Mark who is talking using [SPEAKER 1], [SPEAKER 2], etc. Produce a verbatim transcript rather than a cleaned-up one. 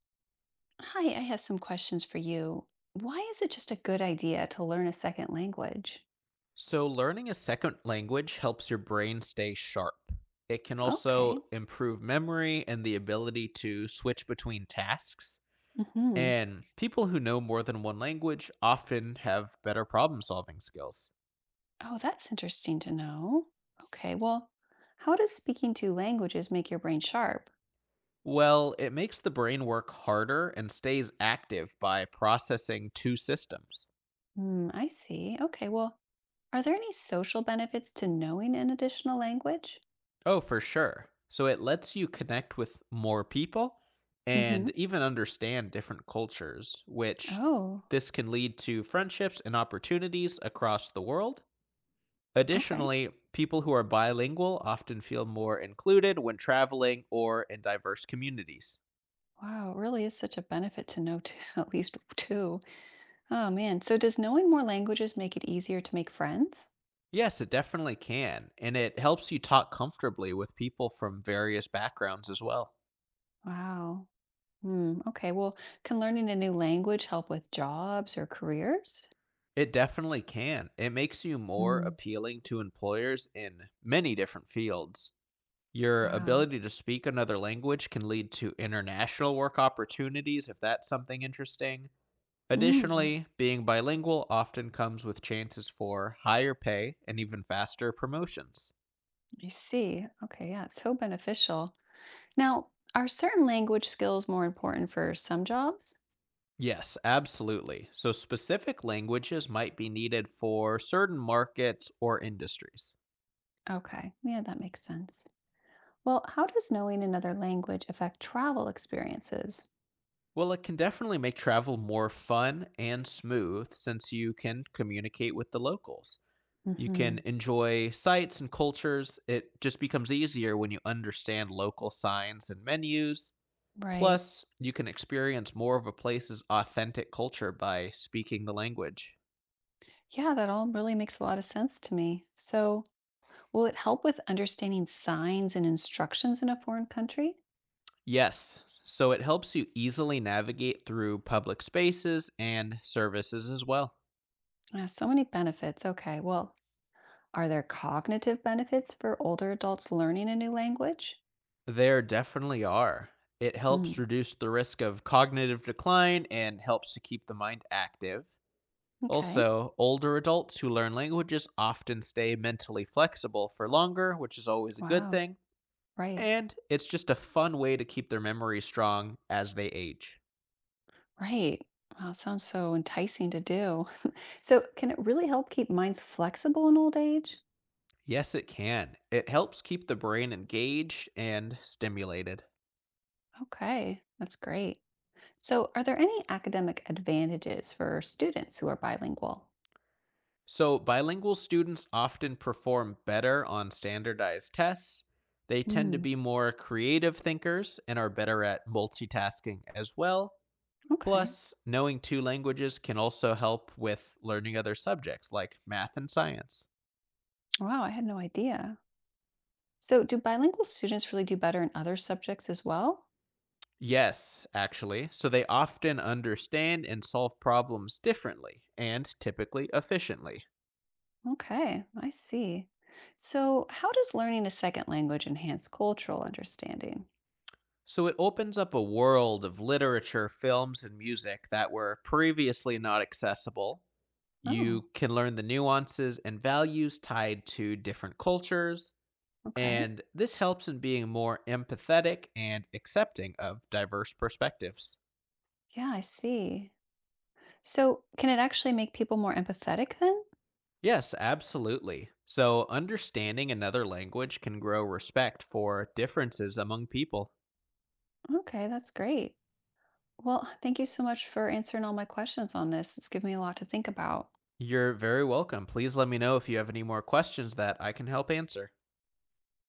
[SPEAKER 1] Hi, I have some questions for you. Why is it just a good idea to learn a second language?
[SPEAKER 2] So, learning a second language helps your brain stay sharp. It can also
[SPEAKER 1] Okay.
[SPEAKER 2] improve memory and the ability to switch between tasks.
[SPEAKER 1] hmm
[SPEAKER 2] And people who know more than one language often have better problem solving skills.
[SPEAKER 1] Oh, that's interesting to know. Okay, well, how does speaking two languages make your brain sharp?
[SPEAKER 2] Well, it makes the brain work harder and stays active by processing two systems.
[SPEAKER 1] Hmm, I see. Okay, well, are there any social benefits to knowing an additional language?
[SPEAKER 2] Oh, for sure. So it lets you connect with more people and
[SPEAKER 1] Hmm.
[SPEAKER 2] even understand different cultures, which
[SPEAKER 1] Oh,
[SPEAKER 2] this can lead to friendships and opportunities across the world.
[SPEAKER 1] okay.
[SPEAKER 2] Additionally, people who are bilingual often feel more included when traveling or in diverse communities.
[SPEAKER 1] Wow, it really is such a benefit to know two, at least two. Oh man, so does knowing more languages make it easier to make friends?
[SPEAKER 2] Yes, it definitely can, and it helps you talk comfortably with people from various backgrounds as well.
[SPEAKER 1] Wow. Hmm. Okay. Well, can learning a new language help with jobs or careers?
[SPEAKER 2] It definitely can. It makes you more
[SPEAKER 1] Mm,
[SPEAKER 2] appealing to employers in many different fields. Your
[SPEAKER 1] wow.
[SPEAKER 2] ability to speak another language can lead to international work opportunities if that's something interesting.
[SPEAKER 1] Mm,
[SPEAKER 2] Additionally, being bilingual often comes with chances for higher pay and even faster promotions.
[SPEAKER 1] I see. Okay. Yeah, it's so beneficial. Now, are certain language skills more important for some jobs?
[SPEAKER 2] Yes, absolutely. So, specific languages might be needed for certain markets or industries.
[SPEAKER 1] Okay. Yeah, that makes sense. Well, how does knowing another language affect travel experiences?
[SPEAKER 2] Well, it can definitely make travel more fun and smooth since you can communicate with the locals. You can
[SPEAKER 1] Hmm.
[SPEAKER 2] enjoy sights and cultures. It just becomes easier when you understand local signs and menus.
[SPEAKER 1] Right.
[SPEAKER 2] Plus, you can experience more of a place's authentic culture by speaking the language.
[SPEAKER 1] Yeah, that all really makes a lot of sense to me. So, will it help with understanding signs and instructions in a foreign country?
[SPEAKER 2] Yes, so it helps you easily navigate through public spaces and services as well.
[SPEAKER 1] Yeah, so many benefits. Okay, well, are there cognitive benefits for older adults learning a new language?
[SPEAKER 2] There definitely are. It helps
[SPEAKER 1] Mm,
[SPEAKER 2] reduce the risk of cognitive decline and helps to keep the mind active.
[SPEAKER 1] okay.
[SPEAKER 2] Also, older adults who learn languages often stay mentally flexible for longer, which is always a good
[SPEAKER 1] Wow.
[SPEAKER 2] thing,
[SPEAKER 1] Right.
[SPEAKER 2] and it's just a fun way to keep their memory strong as they age.
[SPEAKER 1] Right. Wow, sounds so enticing to do. So, can it really help keep minds flexible in old age?
[SPEAKER 2] Yes, it can. It helps keep the brain engaged and stimulated.
[SPEAKER 1] Okay, that's great. So, are there any academic advantages for students who are bilingual?
[SPEAKER 2] So, bilingual students often perform better on standardized tests. They tend to
[SPEAKER 1] Mm,
[SPEAKER 2] be more creative thinkers and are better at multitasking as well.
[SPEAKER 1] okay.
[SPEAKER 2] Plus, knowing two languages can also help with learning other subjects like math and science.
[SPEAKER 1] Wow, I had no idea. So, do bilingual students really do better in other subjects as well?
[SPEAKER 2] Yes, actually. So they often understand and solve problems differently and typically efficiently.
[SPEAKER 1] Okay, I see. So, how does learning a second language enhance cultural understanding?
[SPEAKER 2] So it opens up a world of literature, films, and music that were previously not accessible. You
[SPEAKER 1] Oh,
[SPEAKER 2] can learn the nuances and values tied to different cultures,
[SPEAKER 1] okay.
[SPEAKER 2] and this helps in being more empathetic and accepting of diverse perspectives.
[SPEAKER 1] Yeah, I see. So, can it actually make people more empathetic then?
[SPEAKER 2] Yes, absolutely. So, understanding another language can grow respect for differences among people.
[SPEAKER 1] Okay, that's great. Well, thank you so much for answering all my questions on this. It's given me a lot to think about.
[SPEAKER 2] You're very welcome. Please let me know if you have any more questions that I can help answer.